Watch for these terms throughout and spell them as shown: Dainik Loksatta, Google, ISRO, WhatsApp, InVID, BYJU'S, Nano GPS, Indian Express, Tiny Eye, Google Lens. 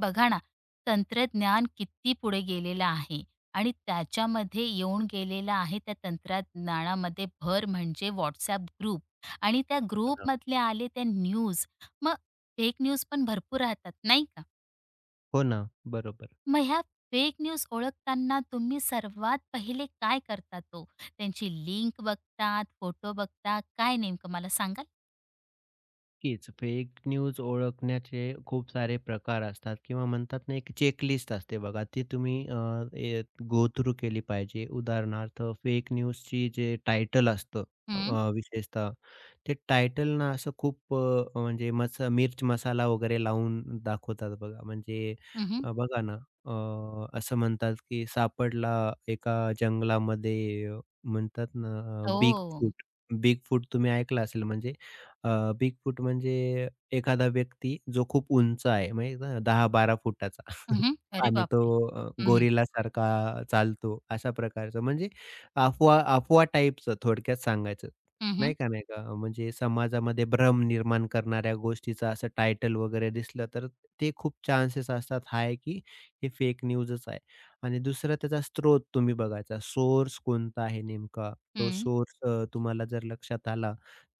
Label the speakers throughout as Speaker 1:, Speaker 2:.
Speaker 1: बघा ना, तंत्रज्ञान किती पुढे गेलेलं आहे आणि त्याच्यामध्ये येऊन गेलेला आहे त्या तंत्रज्ञानामध्ये भर म्हणजे WhatsApp ग्रुप आणि त्या
Speaker 2: हां.
Speaker 1: ग्रुपमधले आले त्या न्यूज. मग फेक न्यूज पण भरपूर राहतात, नाही का?
Speaker 2: हो ना, बरोबर.
Speaker 1: मग ह्या फेक न्यूज ओळखताना तुम्ही सर्वात पहिले काय करतात ओ? त्यांची लिंक बघतात, फोटो बघता, काय नेमकं मला सांगाल?
Speaker 2: कीच फेक न्यूज ओळखण्याचे खूप सारे प्रकार असतात किंवा म्हणतात ना, एक चेकलिस्ट असते बघा, ती तुम्ही अ, ए गो थ्रू केली पाहिजे. उदाहरणार्थ फेक न्यूजची जे टायटल असतं
Speaker 1: हं,
Speaker 2: विशेषतः ते टायटल ना असं खूप म्हणजे मिर्च मसाला वगैरे लावून दाखवतात बघा. म्हणजे
Speaker 1: हं,
Speaker 2: बघा ना, असं म्हणतात की सापडला एका जंगलामध्ये, म्हणतात ना बिग
Speaker 1: हो.
Speaker 2: फूट, बिगफूट. फूट तुम्ही ऐकलं असेल. म्हणजे अ, बिगफूट म्हणजे एखादा व्यक्ती जो खूप उंच आहे माहीत ना, 10-12 फुटाचा.
Speaker 1: हं, अरे
Speaker 2: आणि
Speaker 1: बापरे!
Speaker 2: तो
Speaker 1: हं, हं.
Speaker 2: गोरिल्लासारखा चालतो, अशा प्रकारचं म्हणजे अफवा अफवा टाइपचं थोडक्यात सांगायचं,
Speaker 1: हं, हं.
Speaker 2: नाही का, नाही का. म्हणजे समाजामध्ये भ्रम निर्माण करणाऱ्या गोष्टीचं असं टायटल वगैरे दिसलं तर ते खूप चान्सेस असतात हाय, की हे फेक न्यूजच आहे. आणि दुसरा त्याचा स्रोत तुम्ही बघायचा. सोर्स कोणता आहे नेमका? तो सोर्स तुम्हाला जर लक्षात आला,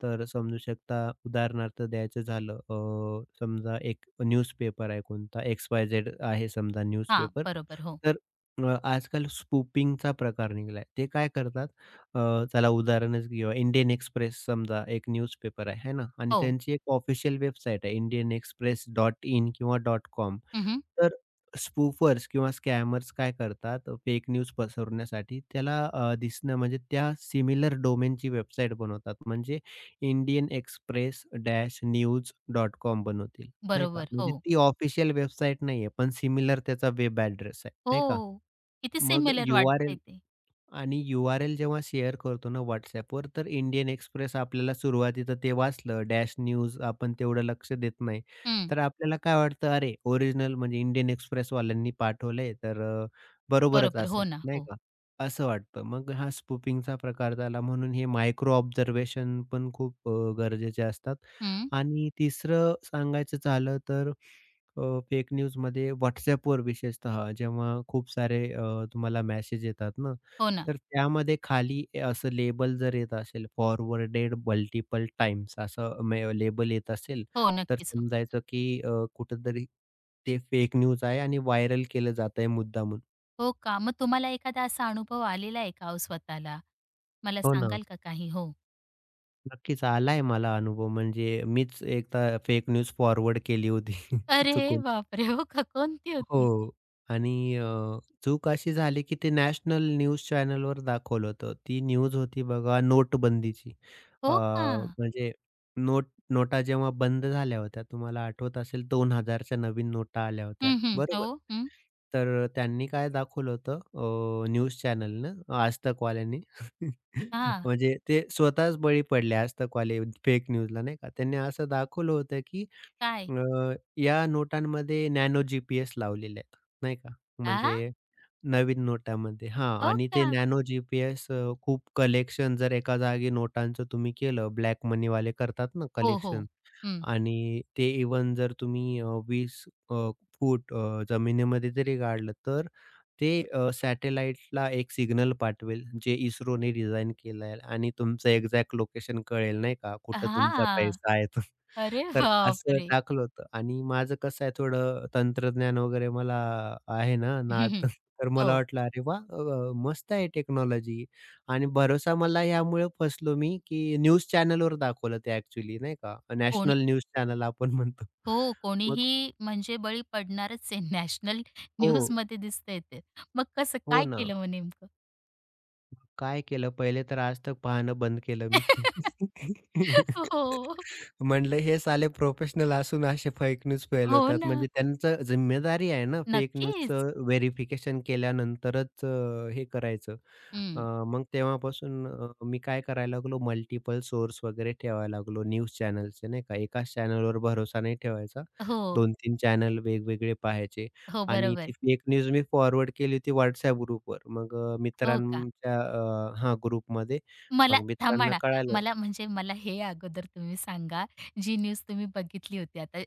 Speaker 2: तर समजू शकता. उदाहरणार्थ द्यायचं झालं, समजा एक न्यूजपेपर आहे कोणता, एक्स-वाय-झेड आहे समजा न्यूजपेपर.
Speaker 1: बरोबर. हो.
Speaker 2: तर आजकाल स्पूपिंगचा प्रकार निघालाय. ते काय करतात, अ, त्याला उदाहरणच घेऊया. इंडियन एक्सप्रेस समजा एक न्यूजपेपर आहे, है ना? आणि
Speaker 1: हो.
Speaker 2: त्यांची एक ऑफिशियल वेबसाईट आहे, इंडियन एक्सप्रेस डॉट इन किंवा डॉट कॉम.
Speaker 1: हं,
Speaker 2: तर स्पूफर्स किंवा स्कॅमर्स काय करतात फेक न्यूज पसरवण्यासाठी, त्याला दिसणं म्हणजे त्या सिमिलर डोमेनची वेबसाईट बनवतात. म्हणजे Indian Express dash news dot com बनवतील, नाही का?
Speaker 1: बरोबर.
Speaker 2: म्हणजे
Speaker 1: हो.
Speaker 2: ती ऑफिशियल वेबसाईट नाहीये, पण सिमिलर त्याचा वेब एड्रेस आहे, नाही का?
Speaker 1: हो. किती
Speaker 2: मग
Speaker 1: सिमिलर वाटतंय ते.
Speaker 2: आणि यू-आर-एल जेव्हा शेअर करतो ना WhatsAppवर, तर इंडियन एक्सप्रेस आपल्याला सुरुवातीला ते वाचलं, डॅश न्यूज आपण तेवढं लक्ष देत नाही.
Speaker 1: हं.
Speaker 2: तर आपल्याला काय वाटतं, अरे ओरिजिनल म्हणजे इंडियन एक्सप्रेसवाल्यांनी पाठवलंय, तर बरोबरच
Speaker 1: बरोबर.
Speaker 2: असेल,
Speaker 1: हो ना.
Speaker 2: नाही
Speaker 1: हो.
Speaker 2: का? असं वाटतं. मग हा स्पूफिंगचा प्रकार झाला. म्हणून हे मायक्रो ऑब्झर्वेशन पण खूप गरजेचे असतात.
Speaker 1: हं.
Speaker 2: आणि तिसरं सांगायचं झालं तर अ, फेक न्यूजमध्ये WhatsAppवर विशेषतः जेव्हा खूप सारे तुम्हाला मेसेज येतात ना,
Speaker 1: हो ना.
Speaker 2: तर त्यामध्ये खाली असं लेबल जर येत असेल, फॉरवर्डेड मल्टिपल टाइम्स असं लेबल येत असेल,
Speaker 1: हो,
Speaker 2: तर
Speaker 1: नक्कीच. हो.
Speaker 2: समजायचं की कुठेतरी ते फेक न्यूज आहे आणि व्हायरल केलं जात आहे मुद्दामून.
Speaker 1: हो का? मग तुम्हाला एखादा असा अनुभव आलेला आहे का ओ स्वतःला? मला
Speaker 2: हो ना.
Speaker 1: सांगाल का काही? हो.
Speaker 2: नक्कीच आलाय मला अनुभव. म्हणजे मीच एकदा फेक न्यूज फॉरवर्ड केली होती
Speaker 1: अरे
Speaker 2: चुकून.
Speaker 1: बापरे! हो का? कोणती होती?
Speaker 2: हो. आणि चूक अशी झाली, की ते नॅशनल न्यूज चॅनलवर दाखवलं होतं. ती न्यूज होती बघा नोटबंदीची.
Speaker 1: हो
Speaker 2: अ,
Speaker 1: का?
Speaker 2: म्हणजे नोट नोटा जेव्हा बंद झाल्या होत्या, तुम्हाला आठवत असेल 2000 च्या नवीन नोटा आल्या होत्या,
Speaker 1: हं, हं. हो.
Speaker 2: बरोबर?
Speaker 1: हं.
Speaker 2: तर त्यांनी काय दाखवलं होतं, न्यूज चॅनलनं, आज तकवाल्यांनी.
Speaker 1: हां.
Speaker 2: म्हणजे ते स्वतःच बळी पडले आज तकवाले फेक न्यूजला, नाही का. त्यांनी असं दाखवलं होतं, की
Speaker 1: काय?
Speaker 2: या नोटांमध्ये नॅनो जी पी लावलेले आहेत, नाही का?
Speaker 1: आह!
Speaker 2: म्हणजे नवीन नोटामध्ये, हां,
Speaker 1: हो
Speaker 2: आणि ते
Speaker 1: का?
Speaker 2: नॅनो जीपीएस, खूप कलेक्शन जर एका जागी नोटांचं तुम्ही केलं, ब्लॅक मनीवाले करतात ना
Speaker 1: हो, हो.
Speaker 2: कलेक्शन,
Speaker 1: हं.
Speaker 2: आणि ते इवन जर तुम्ही 20 अ, फूट जमिनीमध्ये जरी गाडलं, तर ते सॅटेलाइटला एक सिग्नल पाठवेल, जे इस्रोने डिझाइन केलं आहे, आणि तुमचं एक्झॅक्ट लोकेशन कळेल नाही का, कुठं तुमचा
Speaker 1: हां.
Speaker 2: पैसा आहे तो.
Speaker 1: अरे
Speaker 2: तर असं
Speaker 1: बापरे!
Speaker 2: टाकलं होतं, आणि माझं कसं आहे थोडं तंत्रज्ञान वगैरे मला आहे ना
Speaker 1: हं,
Speaker 2: नाद.
Speaker 1: हं.
Speaker 2: तर मला
Speaker 1: हो.
Speaker 2: वाटलं, "अरे वाह! मस्त आहे टेक्नॉलॉजी." आणि भरोसा मला यामुळे फसलो मी, की न्यूज चॅनलवर दाखवलं ते ॲक्चुअली, नाही का,
Speaker 1: हो.
Speaker 2: नॅशनल न्यूज चॅनल आपण म्हणतो.
Speaker 1: हो,
Speaker 2: मग
Speaker 1: कोणीही म्हणजे बळी पडणारच आहे. नॅशनल
Speaker 2: हो,
Speaker 1: न्यूजमध्ये दिसतंय ते. मग कसं
Speaker 2: हो
Speaker 1: काय
Speaker 2: ना.
Speaker 1: केलं मग नेमकं?
Speaker 2: काय केलं पहिले तर आज तक पाहणं बंद केलं मी.
Speaker 1: हो.
Speaker 2: म्हणलं हे साले प्रोफेशनल असून असे फेक न्यूज
Speaker 1: हो
Speaker 2: फैलवतात,
Speaker 1: ना.
Speaker 2: म्हणजे त्यांचं जिम्मेदारी आहे ना फेक
Speaker 1: नक्कीच.
Speaker 2: न्यूजचं व्हेरिफिकेशन केल्यानंतरच हे करायचं. अ,
Speaker 1: हं.
Speaker 2: मग तेव्हापासून मी काय करायला लागलो, मल्टिपल सोर्स वगैरे ठेवायला लागलो न्यूज चॅनल्सचे, नाही का. एकाच चॅनलवर भरोसा नाही ठेवायचा.
Speaker 1: हो.
Speaker 2: 2-3 चॅनल वेगवेगळे पाहायचे.
Speaker 1: हो,
Speaker 2: आणि ती
Speaker 1: बरोबर.
Speaker 2: फेक न्यूज मी फॉरवर्ड केली होती WhatsApp ग्रुपवर. मग
Speaker 1: हो का?
Speaker 2: मित्रांच्या हां, ग्रुपमध्ये.
Speaker 1: मला
Speaker 2: मग
Speaker 1: थांबा
Speaker 2: मित्रांना
Speaker 1: ना,
Speaker 2: कळालं.
Speaker 1: मला म्हणजे मला हे अगोदर तुम्ही सांगा, जी न्यूज तुम्ही बघितली होती आता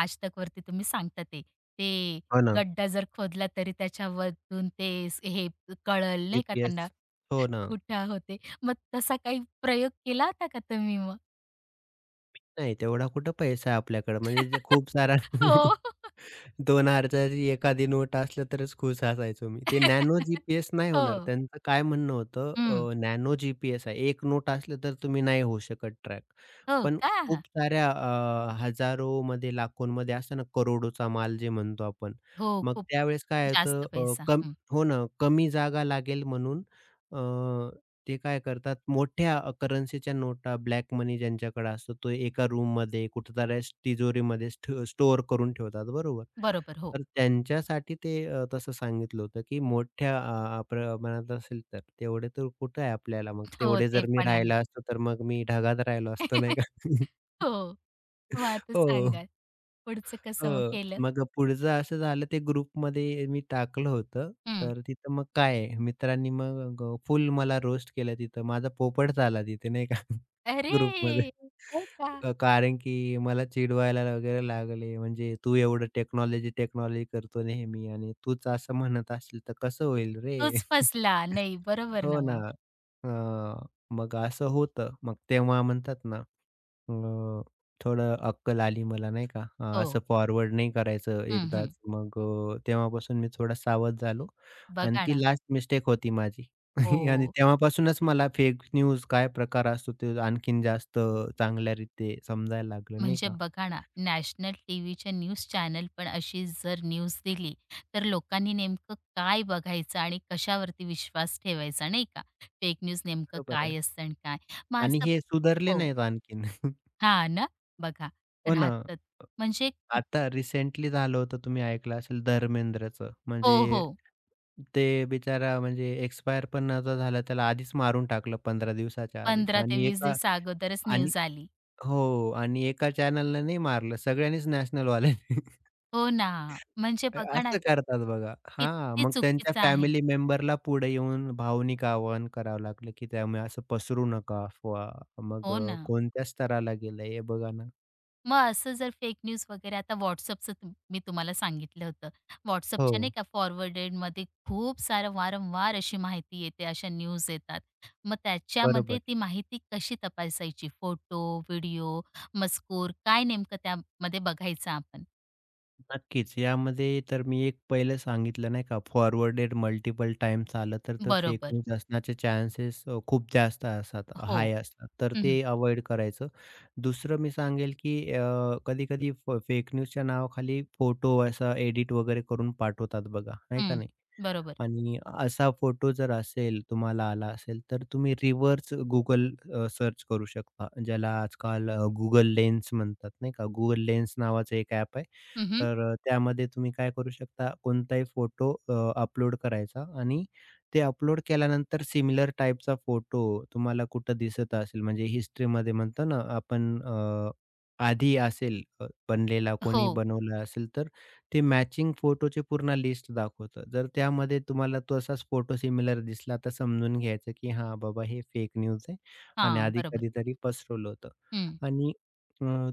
Speaker 1: आज तक वरती तुम्ही सांगता ते. ते
Speaker 2: हो ना.
Speaker 1: गड्डा जर खोदला तरी त्याच्यावरून ते हे कळलं नाही का त्यांना
Speaker 2: जी-पी-एस. हो ना.
Speaker 1: कुठं होते. मग तसा काही प्रयोग केला होता का तुम्ही मग?
Speaker 2: नाही तेवढा कुठं पैसा आहे आपल्याकडे. म्हणजे जे खूप सारा
Speaker 1: हो.
Speaker 2: ₹2,000ची एखादी नोट असलं तरच खुश असायचो मी. ते नॅनो जी-पी-एस नाही होणार.
Speaker 1: हो.
Speaker 2: त्यांचं काय म्हणणं होतं,
Speaker 1: हं.
Speaker 2: नॅनो जी-पी-एस आहे. एक नोट असलं तर तुम्ही नाही होऊ शकत ट्रॅक.
Speaker 1: हो
Speaker 2: पण
Speaker 1: का?
Speaker 2: खूप साऱ्या हजारोमध्ये, लाखोंमध्ये असतं ना, करोडोचा माल जे म्हणतो आपण.
Speaker 1: हो,
Speaker 2: मग
Speaker 1: खूप
Speaker 2: त्यावेळेस काय होतं,
Speaker 1: जास्त
Speaker 2: अ,
Speaker 1: पैसा.
Speaker 2: कम
Speaker 1: हं.
Speaker 2: हो ना, कमी जागा लागेल. म्हणून ते काय करतात, मोठ्या करन्सीच्या नोटा ब्लॅक मनी ज्यांच्याकडे असतो तो एका रूममध्ये कुठेतरी तिजोरीमध्ये स्टोअर करून ठेवतात बरोबर.
Speaker 1: बरोबर. हो.
Speaker 2: तर त्यांच्यासाठी ते तसं सांगितलं होतं, की मोठ्या प्रमाणात असेल तर तेवढे तर कुठे आहे आपल्याला, मग
Speaker 1: हो,
Speaker 2: तेवढे
Speaker 1: ते
Speaker 2: जर मी
Speaker 1: पण आहे.
Speaker 2: राहिला असतो तर मग मी ढगात राहिलो असतो नाही का?
Speaker 1: हो. मग आता
Speaker 2: हो.
Speaker 1: सांगा, पुढचं कसं मग
Speaker 2: हो.
Speaker 1: केलं?
Speaker 2: मग पुढचं असं झालं, ते ग्रुपमध्ये मी टाकलं होतं.
Speaker 1: हं.
Speaker 2: तर तिथं मग काय आहे, मित्रांनी मग फुल मला रोस्ट केलं तिथं. माझा पोपट झाला तिथे नाही का.
Speaker 1: अरे!
Speaker 2: ग्रुपमध्ये.
Speaker 1: हो का?
Speaker 2: कारण की मला चिडवायला वगैरे लागले. म्हणजे, "तू एवढं टेक्नॉलॉजी, टेक्नॉलॉजी करतो नेहमी, आणि तूच असं म्हणत असशील तर कसं होईल रे?"
Speaker 1: तोच फसला. नाही, बरोबर ना
Speaker 2: हो ना.
Speaker 1: मग.
Speaker 2: अ, मग असं होतं. मग तेव्हा म्हणतात ना, अ, थोडं अक्कल आली मला नाही का.
Speaker 1: हो.
Speaker 2: असं फॉरवर्ड नाही करायचं
Speaker 1: हं, हं.
Speaker 2: एकदाच. मग तेव्हापासून मी थोडा सावध झालो, आणि
Speaker 1: बघा
Speaker 2: ती
Speaker 1: ना.
Speaker 2: लास्ट मिस्टेक होती माझी. आणि
Speaker 1: हो.
Speaker 2: तेव्हापासूनच मला फेक न्यूज काय प्रकार असतो ते आणखीन जास्त चांगल्यारीते समजायला लागलं नाही
Speaker 1: म्हणजे
Speaker 2: का.
Speaker 1: बघा ना, नॅशनल टीव्हीच्या न्यूज चॅनल पण अशी जर न्यूज दिली, तर लोकांनी नेमकं काय बघायचं आणि कशावरती विश्वास ठेवायचा, नाही का? फेक न्यूज नेमकं
Speaker 2: बरोबर आहे.
Speaker 1: काय असतं आणि काय? मग
Speaker 2: आणि
Speaker 1: असं
Speaker 2: हे सुधारले
Speaker 1: हो.
Speaker 2: नाहीत आणखीन.
Speaker 1: हां ना, बघा,
Speaker 2: हो ना.
Speaker 1: राहतात. म्हणजे कित
Speaker 2: आता रिसेंटली झालं होतं, तुम्ही ऐकलं असेल धर्मेंद्रचं.
Speaker 1: हो,
Speaker 2: म्हणजे
Speaker 1: हो.
Speaker 2: ते बिचारा म्हणजे एक्सपायर पण नव्हता झाला. त्याला आधीच मारून टाकलं 15 दिवसाच्या आधी,
Speaker 1: 15 ते
Speaker 2: आणि
Speaker 1: 20
Speaker 2: एका,
Speaker 1: दिवसा अगोदरच
Speaker 2: आणि
Speaker 1: न्यूज आली.
Speaker 2: हो, आणि एका चॅनलला नाही मारलं, सगळ्यांनीच नॅशनलवाल्यांनी.
Speaker 1: हो ना. म्हणजे बघा ना,
Speaker 2: असं करतात बघा. हां,
Speaker 1: किती
Speaker 2: मग त्यांच्या
Speaker 1: चुकीचं आहे.
Speaker 2: फॅमिली मेंबरला पुढे येऊन भावनिक आवाहन करावं लागलं, की त्यामुळे असं पसरू नका अफवा. मग
Speaker 1: हो ना.
Speaker 2: कोणत्या स्तराला गेलंय हे बघा ना.
Speaker 1: मग असं जर फेक न्यूज वगैरे आता WhatsAppचं मी तुम्हाला सांगितलं होतं. WhatsAppच्या नाही
Speaker 2: हो,
Speaker 1: का फॉरवर्डेडमध्ये खूप सारं वारंवार अशी माहिती येते, अशा न्यूज येतात. मग त्याच्यामध्ये
Speaker 2: बरोबर.
Speaker 1: ती माहिती कशी तपासायची? फोटो, व्हिडिओ, मजकूर काय नेमकं त्यामध्ये बघायचं आपण?
Speaker 2: नक्कीच. यामध्ये तर मी एक पहिलं सांगितलं नाही का, फॉरवर्डेड मल्टिपल टाईम्स आलं तर ते फेक
Speaker 1: बरोबर.
Speaker 2: न्यूज असण्याचे चान्सेस खूप जास्त असतात,
Speaker 1: हो.
Speaker 2: हाय असतात. तर
Speaker 1: हं, हं.
Speaker 2: ते अव्हॉइड करायचं. दुसरं मी सांगेल, की कधी-कधी फेक न्यूजच्या नावाखाली फोटो असा एडिट वगैरे करून पाठवतात बघा, आहे का नाही?
Speaker 1: बरोबर.
Speaker 2: आणि असा फोटो जर असेल, तुम्हाला आला असेल, तर तुम्ही रिव्हर्स Google सर्च करू शकता. ज्याला आजकाल लेन्स म्हणतात, नाही का? Google लेन्स नावाचं एक ॲप आहे.
Speaker 1: हं,
Speaker 2: तर त्यामध्ये तुम्ही काय करू शकता, कोणताही फोटो अपलोड करायचा, आणि ते अपलोड केल्यानंतर सिमिलर टाइपचा फोटो तुम्हाला कुठं दिसत असेल, म्हणजे हिस्ट्रीमध्ये म्हणतो ना आपण, आधी असेल बनलेला,
Speaker 1: हो.
Speaker 2: कोणी बनवला असेल, तर ते मॅचिंग फोटोची पूर्ण लिस्ट दाखवतं. जर त्यामध्ये तुम्हाला तसाच फोटो सिमिलर दिसला तर समजून घ्यायचं, की हां, बाबा, हे फेक न्यूज आहे आणि
Speaker 1: हां,
Speaker 2: आधी
Speaker 1: बरोबर.
Speaker 2: कधीतरी पसरवलं होतं. आणि अ,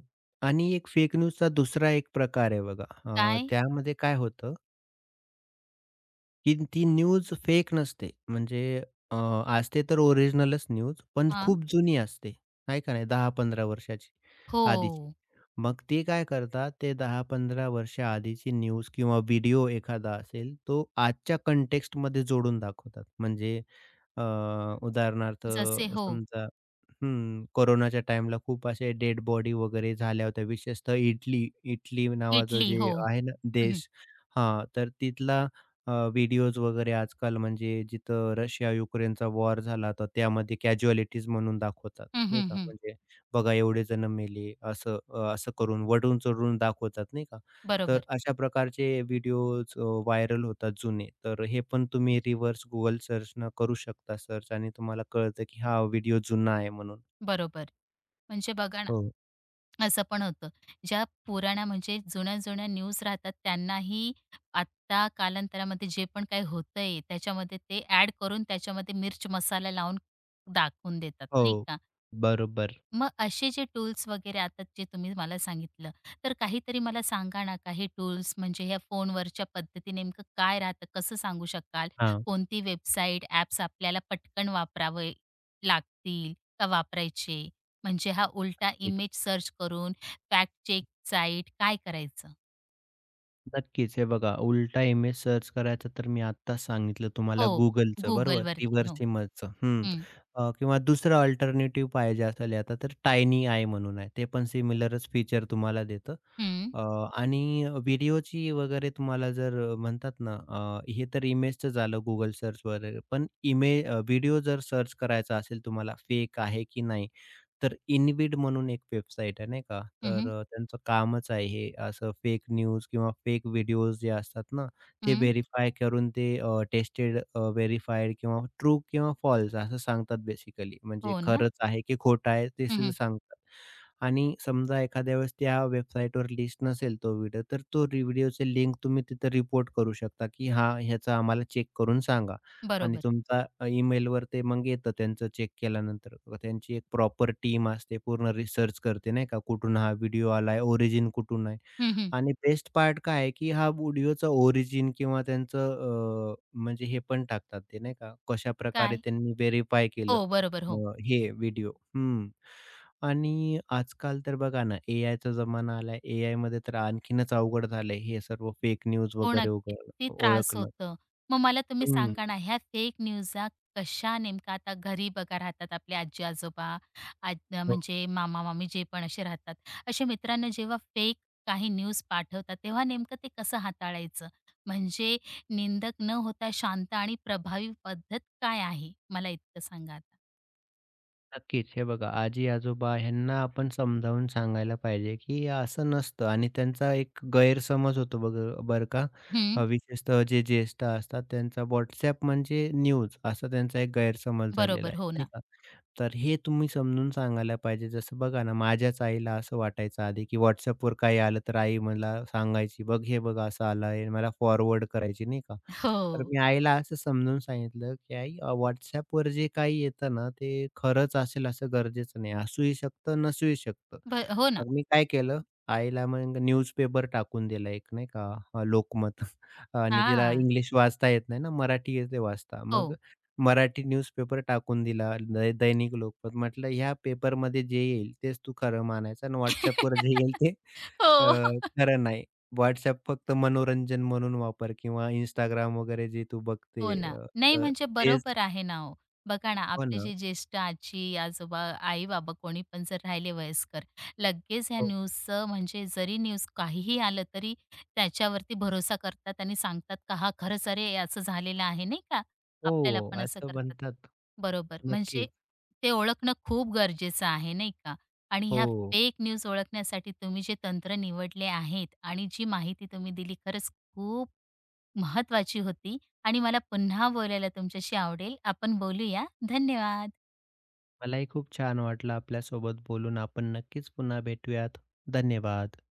Speaker 2: आणि एक फेक न्यूजचा दुसरा एक प्रकार आहे बघा.
Speaker 1: काय?
Speaker 2: त्यामध्ये काय होतं, की ती न्यूज फेक नसते. म्हणजे अ, असते तर ओरिजिनलच न्यूज, पण
Speaker 1: हां.
Speaker 2: खूप जुनी असते. आहे का नाही, 10-15 वर्षाची
Speaker 1: हो.
Speaker 2: आधीची. मग ते काय करतात, ते 10-15 वर्ष आधीची न्यूज किंवा व्हिडिओ एखादा असेल, तो आजच्या कॉन्टेक्स्टमध्ये जोडून दाखवतात. म्हणजे अ, उदाहरणार्थ
Speaker 1: जसे हो,
Speaker 2: समजा, हं, कोरोनाच्या टाईमला खूप असे डेड बॉडी वगैरे झाल्या होत्या. विशेषतः इटली, इटली नावाचं
Speaker 1: इडली.
Speaker 2: जे
Speaker 1: हो.
Speaker 2: आहे ना
Speaker 1: हं, हं.
Speaker 2: देश, हां, तर तिथला व्हिडिओज वगैरे आजकाल म्हणजे जिथं रशिया-युक्रेनचा वॉर झाला तर त्यामध्ये कॅज्युअलिटीज म्हणून दाखवतात,
Speaker 1: हं,
Speaker 2: नाही
Speaker 1: हं,
Speaker 2: का?
Speaker 1: हं.
Speaker 2: म्हणजे बघा एवढे जण मेले, असं असं करून वढून-चढून दाखवतात, नाही का? तर
Speaker 1: बरोबर,
Speaker 2: अशा प्रकारचे व्हिडिओज व्हायरल होतात जुने. तर हे पण तुम्ही रिव्हर्स Google सर्चनं करू शकता सर्च, आणि तुम्हाला कळतं की हा व्हिडिओ जुना आहे म्हणून.
Speaker 1: बरोबर. म्हणजे बघा ना,
Speaker 2: हो.
Speaker 1: असं पण होतं. ज्या पुराण्या म्हणजे जुन्या-जुन्या न्यूज राहतात त्यांनाही आत्ता कालांतरामध्ये जे पण काही होतंय त्याच्यामध्ये ते ॲड करून त्याच्यामध्ये मिर्च मसाला लावून दाखवून देतात, नाही
Speaker 2: हो,
Speaker 1: का?
Speaker 2: बरोबर.
Speaker 1: मग असे जे टूल्स वगैरे आता जे तुम्ही मला सांगितलं, तर काहीतरी मला सांगा ना, काही टूल्स म्हणजे ह्या फोनवरच्या पद्धती नेमकं काय राहतं? कसं सांगू शकाल?
Speaker 2: हां.
Speaker 1: कोणती वेबसाईट, ॲप्स आपल्याला पटकन वापरावे लागतील का वापरायचे? म्हणजे हा उलटा इमेज सर्च करून फॅक्ट चेक साईट काय करायचं?
Speaker 2: नक्कीच. हे बघा, उलटा इमेज सर्च करायचं तर मी आत्ताच सांगितलं तुम्हाला
Speaker 1: हो,
Speaker 2: Googleचं, बरोबर,
Speaker 1: Googleवरती.
Speaker 2: रिव्हर्स
Speaker 1: हो.
Speaker 2: इमेजचं. हं.
Speaker 1: हं,
Speaker 2: किंवा दुसरं अल्टरनेटिव्ह पाहिजे असेल आता तर टायनी आय म्हणून आहे. ते पण सिमिलरच फीचर तुम्हाला देतं.
Speaker 1: हं,
Speaker 2: अ, आणि व्हिडिओची वगैरे तुम्हाला जर म्हणतात ना, हे तर इमेजचं झालं Google सर्च वगैरे. पण इमे व्हिडिओ जर सर्च करायचा असेल तुम्हाला फेक आहे की नाही, तर इनविड म्हणून एक वेबसाईट आहे, नाही का?
Speaker 1: हं,
Speaker 2: तर
Speaker 1: हं,
Speaker 2: त्यांचं कामच आहे हे, असं फेक न्यूज किंवा फेक व्हिडिओज जे असतात ना, ते
Speaker 1: हं.
Speaker 2: व्हेरिफाय करून ते टेस्टेड, व्हेरिफाईड किंवा ट्रू किंवा फॉल्स असं सांगतात बेसिकली. म्हणजे
Speaker 1: हो ना?
Speaker 2: खरंच आहे की खोटं आहे ते
Speaker 1: हं,
Speaker 2: सुद्धा
Speaker 1: हं.
Speaker 2: सांगतात. आणि समजा एखाद्या वेळेस त्या वेबसाईटवर लिस्ट नसेल तो व्हिडिओ, तर तो व्हिडिओची लिंक तुम्ही तिथं रिपोर्ट करू शकता, की हां, ह्याचा आम्हाला चेक करून सांगा. आणि
Speaker 1: बरोबर.
Speaker 2: तुमचा ईमेलवर ते मग येतं त्यांचं चेक केल्यानंतर. त्यांची एक प्रॉपर टीम असते, पूर्ण रिसर्च करते नाही का, कुठून हा व्हिडिओ आलाय, ओरिजिन कुठून आहे.
Speaker 1: हं, हं.
Speaker 2: आणि बेस्ट पार्ट काय आहे, की हा व्हिडिओचा ओरिजिन किंवा त्यांचं म्हणजे हे पण टाकतात ते नाही का, कशाप्रकारे
Speaker 1: काय?
Speaker 2: त्यांनी व्हेरिफाय केलं
Speaker 1: हो, बरोबर. हो.
Speaker 2: अ, हे व्हिडिओ. हं. आणि आजकाल तर बघा ना, एआयचा जमाना आलाय. एआयमध्ये तर आणखीनच अवघड झालंय हे सर्व फेक न्यूज
Speaker 1: हो ना,
Speaker 2: वगैरे
Speaker 1: किती त्रास
Speaker 2: ओळखणं.
Speaker 1: होतं. मग मला तुम्ही
Speaker 2: हं.
Speaker 1: सांगा ना, ह्या फेक न्यूजा कशा नेमका आता घरी बघा राहतात आपले आजी-आजोबा, आज
Speaker 2: हो.
Speaker 1: म्हणजे मामा-मामी जे पण असे राहतात. अशा मित्रांना जेव्हा फेक काही न्यूज पाठवतात, तेव्हा नेमकं ते कसं हाताळायचं? म्हणजे निंदक न होता शांत आणि प्रभावी पद्धत काय आहे? मला इतकं सांगा आता.
Speaker 2: नक्कीच. हे बघा, आजी-आजोबा ह्यांना आपण समजावून सांगायला पाहिजे, की असं नसतं, आणि त्यांचा एक गैरसमज होतो बघ, बरं का.
Speaker 1: हं,
Speaker 2: विशेषतः जे ज्येष्ठ असतात त्यांचा WhatsApp म्हणजे न्यूज, असा त्यांचा एक गैरसमज झालेला
Speaker 1: बरोबर.
Speaker 2: आहे,
Speaker 1: हो
Speaker 2: नाही
Speaker 1: ना.
Speaker 2: का. तर हे तुम्ही समजून सांगायला पाहिजे. जसं बघा ना, माझ्याच आईला असं वाटायचं आधी, की WhatsAppवर काही आलं तर आई मला सांगायची, "बघ, हे बघ असं आलं आहे." मला फॉरवर्ड करायची, नाही का. तर
Speaker 1: हो.
Speaker 2: मी आईला असं समजून सांगितलं, की "आई, WhatsAppवर जे काही येतं ना, ते खरंच असेल असं गरजेचं नाही. असूही शकतं, नसूही शकतं."
Speaker 1: ब हो ना.
Speaker 2: मग मी काय केलं, आईला मग न्यूजपेपर टाकून दिला एक, नाही का, लोकमत. आणि तिला
Speaker 1: हां.
Speaker 2: इंग्लिश वाचता येत नाही ना, मराठी येते वाचता.
Speaker 1: हो.
Speaker 2: मग मराठी न्यूजपेपर टाकून दिला, दैनिक लोकमत. म्हटलं, "ह्या पेपरमध्ये जे येईल तेच तू खरं मानायचं आणि WhatsAppवर जे येईल ते अ,
Speaker 1: हो.
Speaker 2: खरं नाही. WhatsApp फक्त मनोरंजन म्हणून वापर किंवा Instagram वगैरे जे तू बघते
Speaker 1: हो ना. नाही
Speaker 2: तर
Speaker 1: म्हणजे
Speaker 2: तेच."
Speaker 1: बरोबर आहे ना हो. बघा ना,
Speaker 2: हो
Speaker 1: आपले
Speaker 2: ना.
Speaker 1: जे ज्येष्ठ आजी, आजोबा, आई-बाबा कोणी पण जर राहिले वयस्कर, लगेच ह्या
Speaker 2: हो,
Speaker 1: न्यूजचं म्हणजे जरी न्यूज काहीही आलं तरी त्याच्यावरती भरोसा करतात आणि सांगतात का हा खरंच अरे असं झालेलं आहे नाही का? आपल्याला
Speaker 2: हो,
Speaker 1: पण असं
Speaker 2: असं
Speaker 1: करतात.
Speaker 2: म्हणतात.
Speaker 1: बरोबर. म्हणजे
Speaker 2: नक्कीच.
Speaker 1: ते ओळखणं खूप गरजेचं आहे नाही का? आणि ह्या
Speaker 2: हो.
Speaker 1: फेक न्यूज ओळखण्यासाठी तुम्ही जे तंत्र निवडले आहेत आणि जी माहिती तुम्ही दिली खरंच खूप महत्त्वाची होती. आणि मला पुन्हा बोलायला तुमच्याशी आवडेल. आपण बोलूया. धन्यवाद.
Speaker 2: मलाही खूप छान वाटलं आपल्यासोबत बोलून. आपण नक्कीच पुन्हा भेटूयात. धन्यवाद.